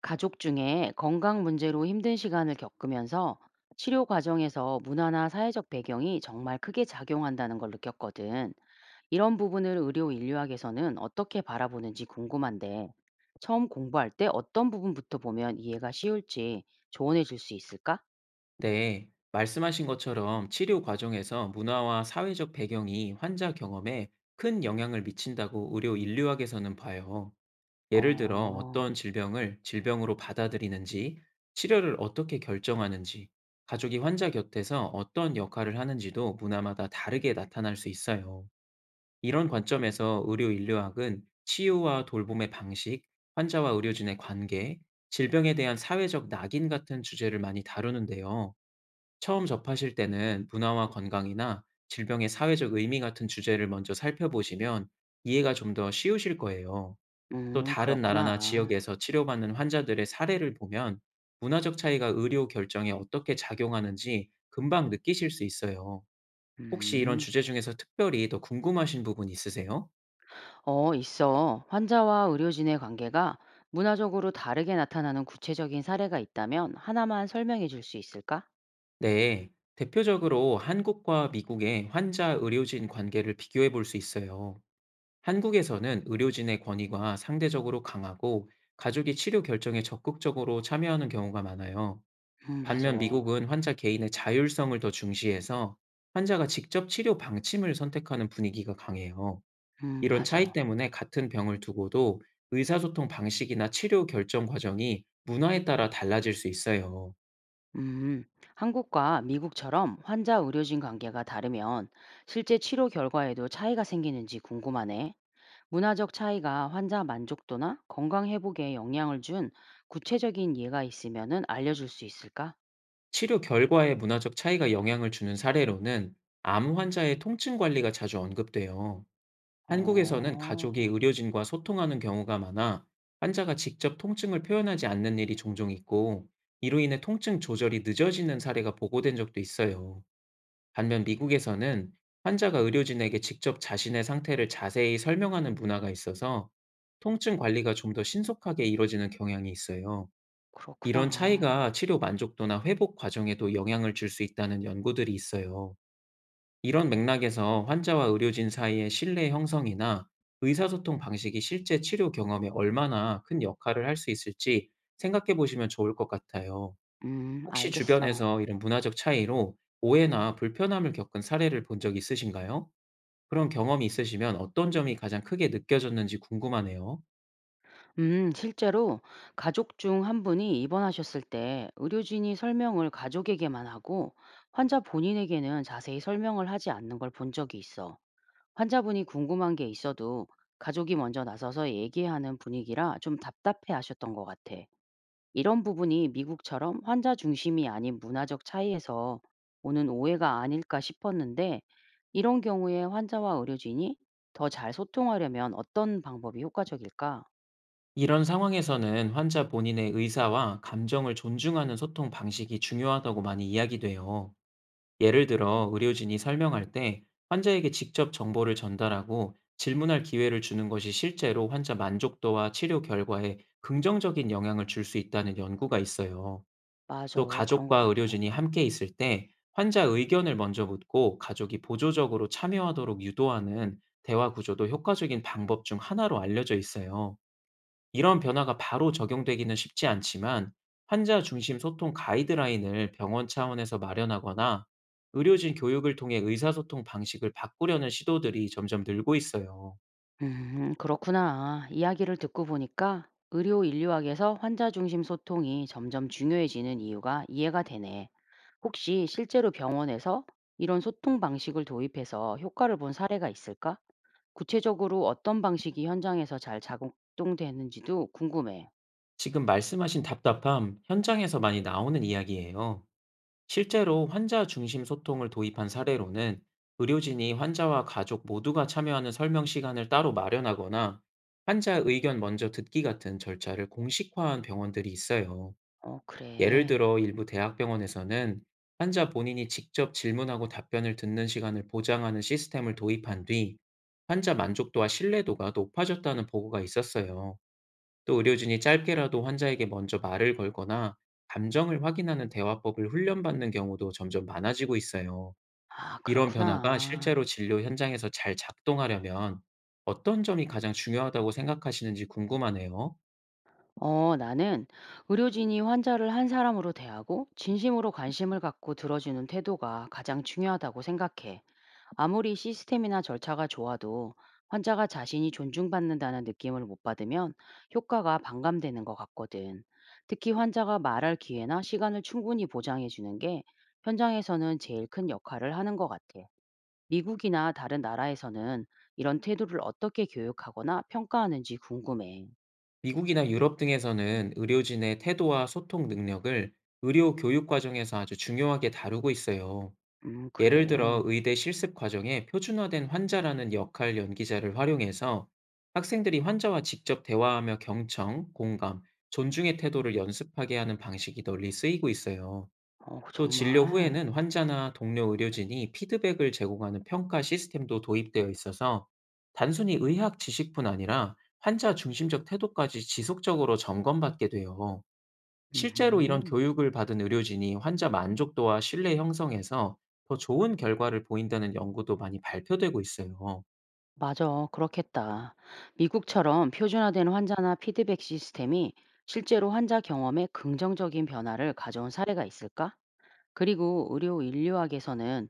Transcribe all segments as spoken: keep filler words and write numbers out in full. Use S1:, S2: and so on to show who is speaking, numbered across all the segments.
S1: 가족 중에 건강 문제로 힘든 시간을 겪으면서 치료 과정에서 문화나 사회적 배경이 정말 크게 작용한다는 걸 느꼈거든. 이런 부분을 의료 인류학에서는 어떻게 바라보는지 궁금한데, 처음 공부할 때 어떤 부분부터 보면 이해가 쉬울지 조언해 줄 수 있을까?
S2: 네, 말씀하신 것처럼 치료 과정에서 문화와 사회적 배경이 환자 경험에 큰 영향을 미친다고 의료 인류학에서는 봐요. 예를 들어
S1: 어,
S2: 어떤 질병을 질병으로 받아들이는지, 치료를 어떻게 결정하는지, 가족이 환자 곁에서 어떤 역할을 하는지도 문화마다 다르게 나타날 수 있어요. 이런 관점에서 의료 인류학은 치유와 돌봄의 방식, 환자와 의료진의 관계, 질병에 대한 사회적 낙인 같은 주제를 많이 다루는데요. 처음 접하실 때는 문화와 건강이나 질병의 사회적 의미 같은 주제를 먼저 살펴보시면 이해가 좀 더 쉬우실 거예요. 또
S1: 음,
S2: 다른 나라나
S1: 그렇구나.
S2: 지역에서 치료받는 환자들의 사례를 보면 문화적 차이가 의료 결정에 어떻게 작용하는지 금방 느끼실 수 있어요. 혹시 이런
S1: 음,
S2: 주제 중에서 특별히 더 궁금하신 부분 있으세요?
S1: 어, 있어. 환자와 의료진의 관계가 문화적으로 다르게 나타나는 구체적인 사례가 있다면 하나만 설명해 줄 수 있을까?
S2: 네. 대표적으로 한국과 미국의 환자 의료진 관계를 비교해 볼 수 있어요. 한국에서는 의료진의 권위가 상대적으로 강하고 가족이 치료 결정에 적극적으로 참여하는 경우가 많아요.
S1: 음 맞아.
S2: 반면 미국은 환자 개인의 자율성을 더 중시해서 환자가 직접 치료 방침을 선택하는 분위기가 강해요.
S1: 음
S2: 이런 차이
S1: 맞아.
S2: 때문에 같은 병을 두고도 의사소통 방식이나 치료 결정 과정이 문화에 따라 달라질 수 있어요.
S1: 음. 한국과 미국처럼 환자 의료진 관계가 다르면 실제 치료 결과에도 차이가 생기는지 궁금하네. 문화적 차이가 환자 만족도나 건강 회복에 영향을 준 구체적인 예가 있으면은 알려줄 수 있을까?
S2: 치료 결과에 문화적 차이가 영향을 주는 사례로는 암 환자의 통증 관리가 자주 언급돼요. 한국에서는
S1: 어,
S2: 가족이 의료진과 소통하는 경우가 많아 환자가 직접 통증을 표현하지 않는 일이 종종 있고, 이로 인해 통증 조절이 늦어지는 사례가 보고된 적도 있어요. 반면 미국에서는 환자가 의료진에게 직접 자신의 상태를 자세히 설명하는 문화가 있어서 통증 관리가 좀 더 신속하게 이뤄지는 경향이 있어요. 이런
S1: 그렇구나.
S2: 차이가 치료 만족도나 회복 과정에도 영향을 줄 수 있다는 연구들이 있어요. 이런 맥락에서 환자와 의료진 사이의 신뢰 형성이나 의사소통 방식이 실제 치료 경험에 얼마나 큰 역할을 할 수 있을지 생각해 보시면 좋을 것 같아요.
S1: 음,
S2: 혹시
S1: 알겠어.
S2: 주변에서 이런 문화적 차이로 오해나 불편함을 겪은 사례를 본 적 있으신가요? 그런 경험이 있으시면 어떤 점이 가장 크게 느껴졌는지 궁금하네요.
S1: 음, 실제로 가족 중 한 분이 입원하셨을 때 의료진이 설명을 가족에게만 하고 환자 본인에게는 자세히 설명을 하지 않는 걸 본 적이 있어. 환자분이 궁금한 게 있어도 가족이 먼저 나서서 얘기하는 분위기라 좀 답답해 하셨던 것 같아. 이런 부분이 미국처럼 환자 중심이 아닌 문화적 차이에서 오는 오해가 아닐까 싶었는데 이런 경우에 환자와 의료진이 더 잘 소통하려면 어떤 방법이 효과적일까?
S2: 이런 상황에서는 환자 본인의 의사와 감정을 존중하는 소통 방식이 중요하다고 많이 이야기돼요. 예를 들어 의료진이 설명할 때 환자에게 직접 정보를 전달하고 질문할 기회를 주는 것이 실제로 환자 만족도와 치료 결과에 긍정적인 영향을 줄 수 있다는 연구가 있어요.
S1: 맞아.
S2: 또
S1: 그런 것
S2: 가족과
S1: 같아.
S2: 의료진이 함께 있을 때 환자 의견을 먼저 묻고 가족이 보조적으로 참여하도록 유도하는 대화 구조도 효과적인 방법 중 하나로 알려져 있어요. 이런 변화가 바로 적용되기는 쉽지 않지만, 환자 중심 소통 가이드라인을 병원 차원에서 마련하거나 의료진 교육을 통해 의사소통 방식을 바꾸려는 시도들이 점점 늘고 있어요.
S1: 음, 그렇구나. 이야기를 듣고 보니까 의료 인류학에서 환자 중심 소통이 점점 중요해지는 이유가 이해가 되네. 혹시 실제로 병원에서 이런 소통 방식을 도입해서 효과를 본 사례가 있을까? 구체적으로 어떤 방식이 현장에서 잘 작동되는지도 궁금해.
S2: 지금 말씀하신 답답함, 현장에서 많이 나오는 이야기예요. 실제로 환자 중심 소통을 도입한 사례로는 의료진이 환자와 가족 모두가 참여하는 설명 시간을 따로 마련하거나 환자 의견 먼저 듣기 같은 절차를 공식화한 병원들이 있어요.
S1: 어,
S2: 예를
S1: 그래.
S2: 들어 일부 대학병원에서는 환자 본인이 직접 질문하고 답변을 듣는 시간을 보장하는 시스템을 도입한 뒤 환자 만족도와 신뢰도가 높아졌다는 보고가 있었어요. 또 의료진이 짧게라도 환자에게 먼저 말을 걸거나 감정을 확인하는 대화법을 훈련받는 경우도 점점 많아지고 있어요.
S1: 아,
S2: 이런 변화가
S1: 그렇구나.
S2: 실제로 진료 현장에서 잘 작동하려면 어떤 점이 가장 중요하다고 생각하시는지 궁금하네요.
S1: 어, 나는 의료진이 환자를 한 사람으로 대하고 진심으로 관심을 갖고 들어주는 태도가 가장 중요하다고 생각해. 아무리 시스템이나 절차가 좋아도 환자가 자신이 존중받는다는 느낌을 못 받으면 효과가 반감되는 것 같거든. 특히 환자가 말할 기회나 시간을 충분히 보장해 주는 게 현장에서는 제일 큰 역할을 하는 것 같아. 미국이나 다른 나라에서는 이런 태도를 어떻게 교육하거나 평가하는지 궁금해.
S2: 미국이나 유럽 등에서는 의료진의 태도와 소통 능력을 의료 교육 과정에서 아주 중요하게 다루고 있어요.
S1: 음,
S2: 예를
S1: 그래.
S2: 들어 의대 실습 과정에 표준화된 환자라는 역할 연기자를 활용해서 학생들이 환자와 직접 대화하며 경청, 공감, 존중의 태도를 연습하게 하는 방식이 널리 쓰이고 있어요.
S1: 어 그
S2: 또 진료
S1: 정말?
S2: 후에는 환자나 동료 의료진이 피드백을 제공하는 평가 시스템도 도입되어 있어서 단순히 의학 지식뿐 아니라 환자 중심적 태도까지 지속적으로 점검받게 돼요. 실제로 이런
S1: 음
S2: 교육을 받은 의료진이 환자 만족도와 신뢰 형성에서 더 좋은 결과를 보인다는 연구도 많이 발표되고 있어요.
S1: 맞아. 그렇겠다. 미국처럼 표준화된 환자나 피드백 시스템이 실제로 환자 경험에 긍정적인 변화를 가져온 사례가 있을까? 그리고 의료 인류학에서는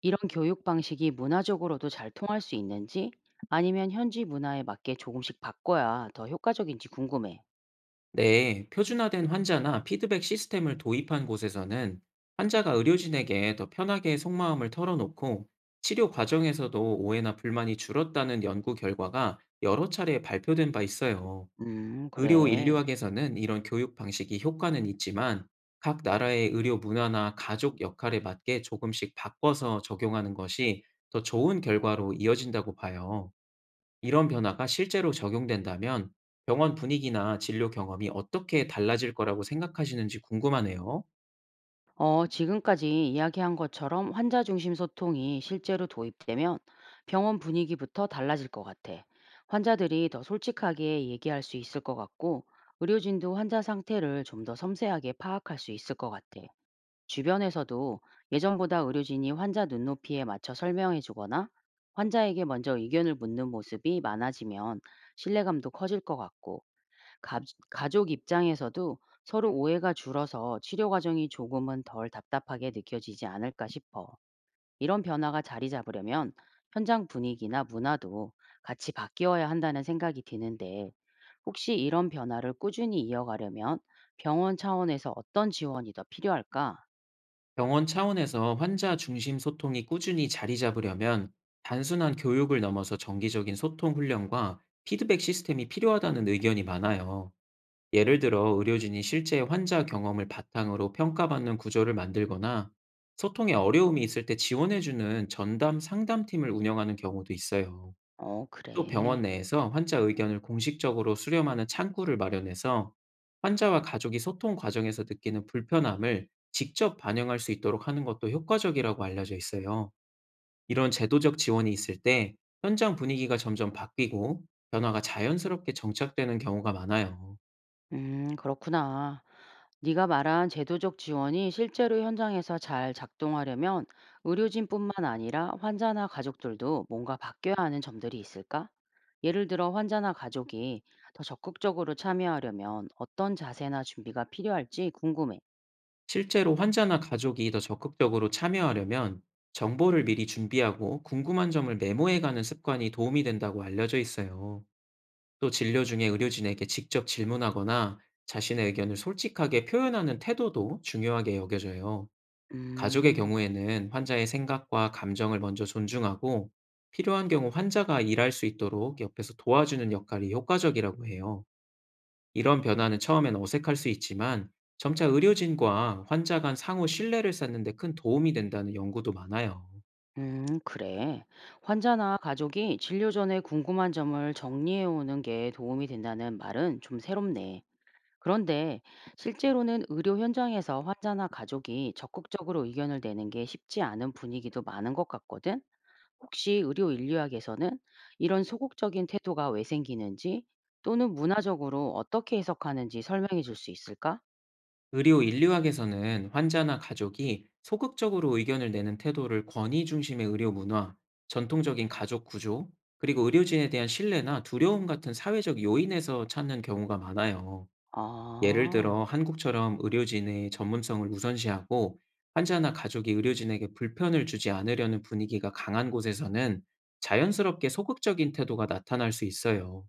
S1: 이런 교육 방식이 문화적으로도 잘 통할 수 있는지 아니면 현지 문화에 맞게 조금씩 바꿔야 더 효과적인지 궁금해.
S2: 네, 표준화된 환자나 피드백 시스템을 도입한 곳에서는 환자가 의료진에게 더 편하게 속마음을 털어놓고 치료 과정에서도 오해나 불만이 줄었다는 연구 결과가 여러 차례 발표된 바 있어요.
S1: 음
S2: 의료
S1: 그래.
S2: 인류학에서는 이런 교육 방식이 효과는 있지만, 각 나라의 의료 문화나 가족 역할에 맞게 조금씩 바꿔서 적용하는 것이 더 좋은 결과로 이어진다고 봐요. 이런 변화가 실제로 적용된다면 병원 분위기나 진료 경험이 어떻게 달라질 거라고 생각하시는지 궁금하네요.
S1: 어, 지금까지 이야기한 것처럼 환자 중심 소통이 실제로 도입되면 병원 분위기부터 달라질 것 같아. 환자들이 더 솔직하게 얘기할 수 있을 것 같고, 의료진도 환자 상태를 좀 더 섬세하게 파악할 수 있을 것 같아. 주변에서도 예전보다 의료진이 환자 눈높이에 맞춰 설명해 주거나 환자에게 먼저 의견을 묻는 모습이 많아지면 신뢰감도 커질 것 같고, 가, 가족 입장에서도 서로 오해가 줄어서 치료 과정이 조금은 덜 답답하게 느껴지지 않을까 싶어. 이런 변화가 자리 잡으려면 현장 분위기나 문화도 같이 바뀌어야 한다는 생각이 드는데, 혹시 이런 변화를 꾸준히 이어가려면 병원 차원에서 어떤 지원이 더 필요할까?
S2: 병원 차원에서 환자 중심 소통이 꾸준히 자리 잡으려면 단순한 교육을 넘어서 정기적인 소통 훈련과 피드백 시스템이 필요하다는 의견이 많아요. 예를 들어 의료진이 실제 환자 경험을 바탕으로 평가받는 구조를 만들거나 소통에 어려움이 있을 때 지원해주는 전담 상담팀을 운영하는 경우도 있어요.
S1: 어,
S2: 또 병원
S1: 그래.
S2: 내에서 환자 의견을 공식적으로 수렴하는 창구를 마련해서 환자와 가족이 소통 과정에서 느끼는 불편함을 직접 반영할 수 있도록 하는 것도 효과적이라고 알려져 있어요. 이런 제도적 지원이 있을 때 현장 분위기가 점점 바뀌고 변화가 자연스럽게 정착되는 경우가 많아요.
S1: 음, 그렇구나. 네가 말한 제도적 지원이 실제로 현장에서 잘 작동하려면 의료진뿐만 아니라 환자나 가족들도 뭔가 바뀌어야 하는 점들이 있을까? 예를 들어 환자나 가족이 더 적극적으로 참여하려면 어떤 자세나 준비가 필요할지 궁금해.
S2: 실제로 환자나 가족이 더 적극적으로 참여하려면 정보를 미리 준비하고 궁금한 점을 메모해가는 습관이 도움이 된다고 알려져 있어요. 또 진료 중에 의료진에게 직접 질문하거나 자신의 의견을 솔직하게 표현하는 태도도 중요하게 여겨져요. 가족의
S1: 음,
S2: 경우에는 환자의 생각과 감정을 먼저 존중하고 필요한 경우 환자가 일할 수 있도록 옆에서 도와주는 역할이 효과적이라고 해요. 이런 변화는 처음엔 어색할 수 있지만 점차 의료진과 환자 간 상호 신뢰를 쌓는 데 큰 도움이 된다는 연구도 많아요.
S1: 음, 그래. 환자나 가족이 진료 전에 궁금한 점을 정리해 오는 게 도움이 된다는 말은 좀 새롭네. 그런데 실제로는 의료 현장에서 환자나 가족이 적극적으로 의견을 내는 게 쉽지 않은 분위기도 많은 것 같거든. 혹시 의료 인류학에서는 이런 소극적인 태도가 왜 생기는지 또는 문화적으로 어떻게 해석하는지 설명해 줄 수 있을까?
S2: 의료 인류학에서는 환자나 가족이 소극적으로 의견을 내는 태도를 권위 중심의 의료 문화, 전통적인 가족 구조, 그리고 의료진에 대한 신뢰나 두려움 같은 사회적 요인에서 찾는 경우가 많아요. 예를
S1: 아,
S2: 들어 한국처럼 의료진의 전문성을 우선시하고 환자나 가족이 의료진에게 불편을 주지 않으려는 분위기가 강한 곳에서는 자연스럽게 소극적인 태도가 나타날 수 있어요.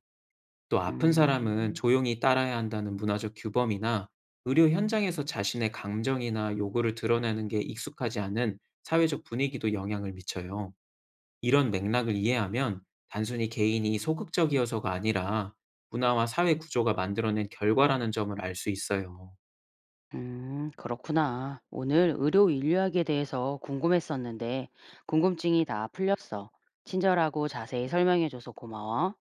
S2: 또 아픈 사람은
S1: 음,
S2: 조용히 따라야 한다는 문화적 규범이나 의료 현장에서 자신의 감정이나 요구를 드러내는 게 익숙하지 않은 사회적 분위기도 영향을 미쳐요. 이런 맥락을 이해하면 단순히 개인이 소극적이어서가 아니라 문화와 사회 구조가 만들어낸 결과라는 점을 알 수 있어요.
S1: 음, 그렇구나. 오늘 의료 인류학에 대해서 궁금했었는데 궁금증이 다 풀렸어. 친절하고 자세히 설명해 줘서 고마워.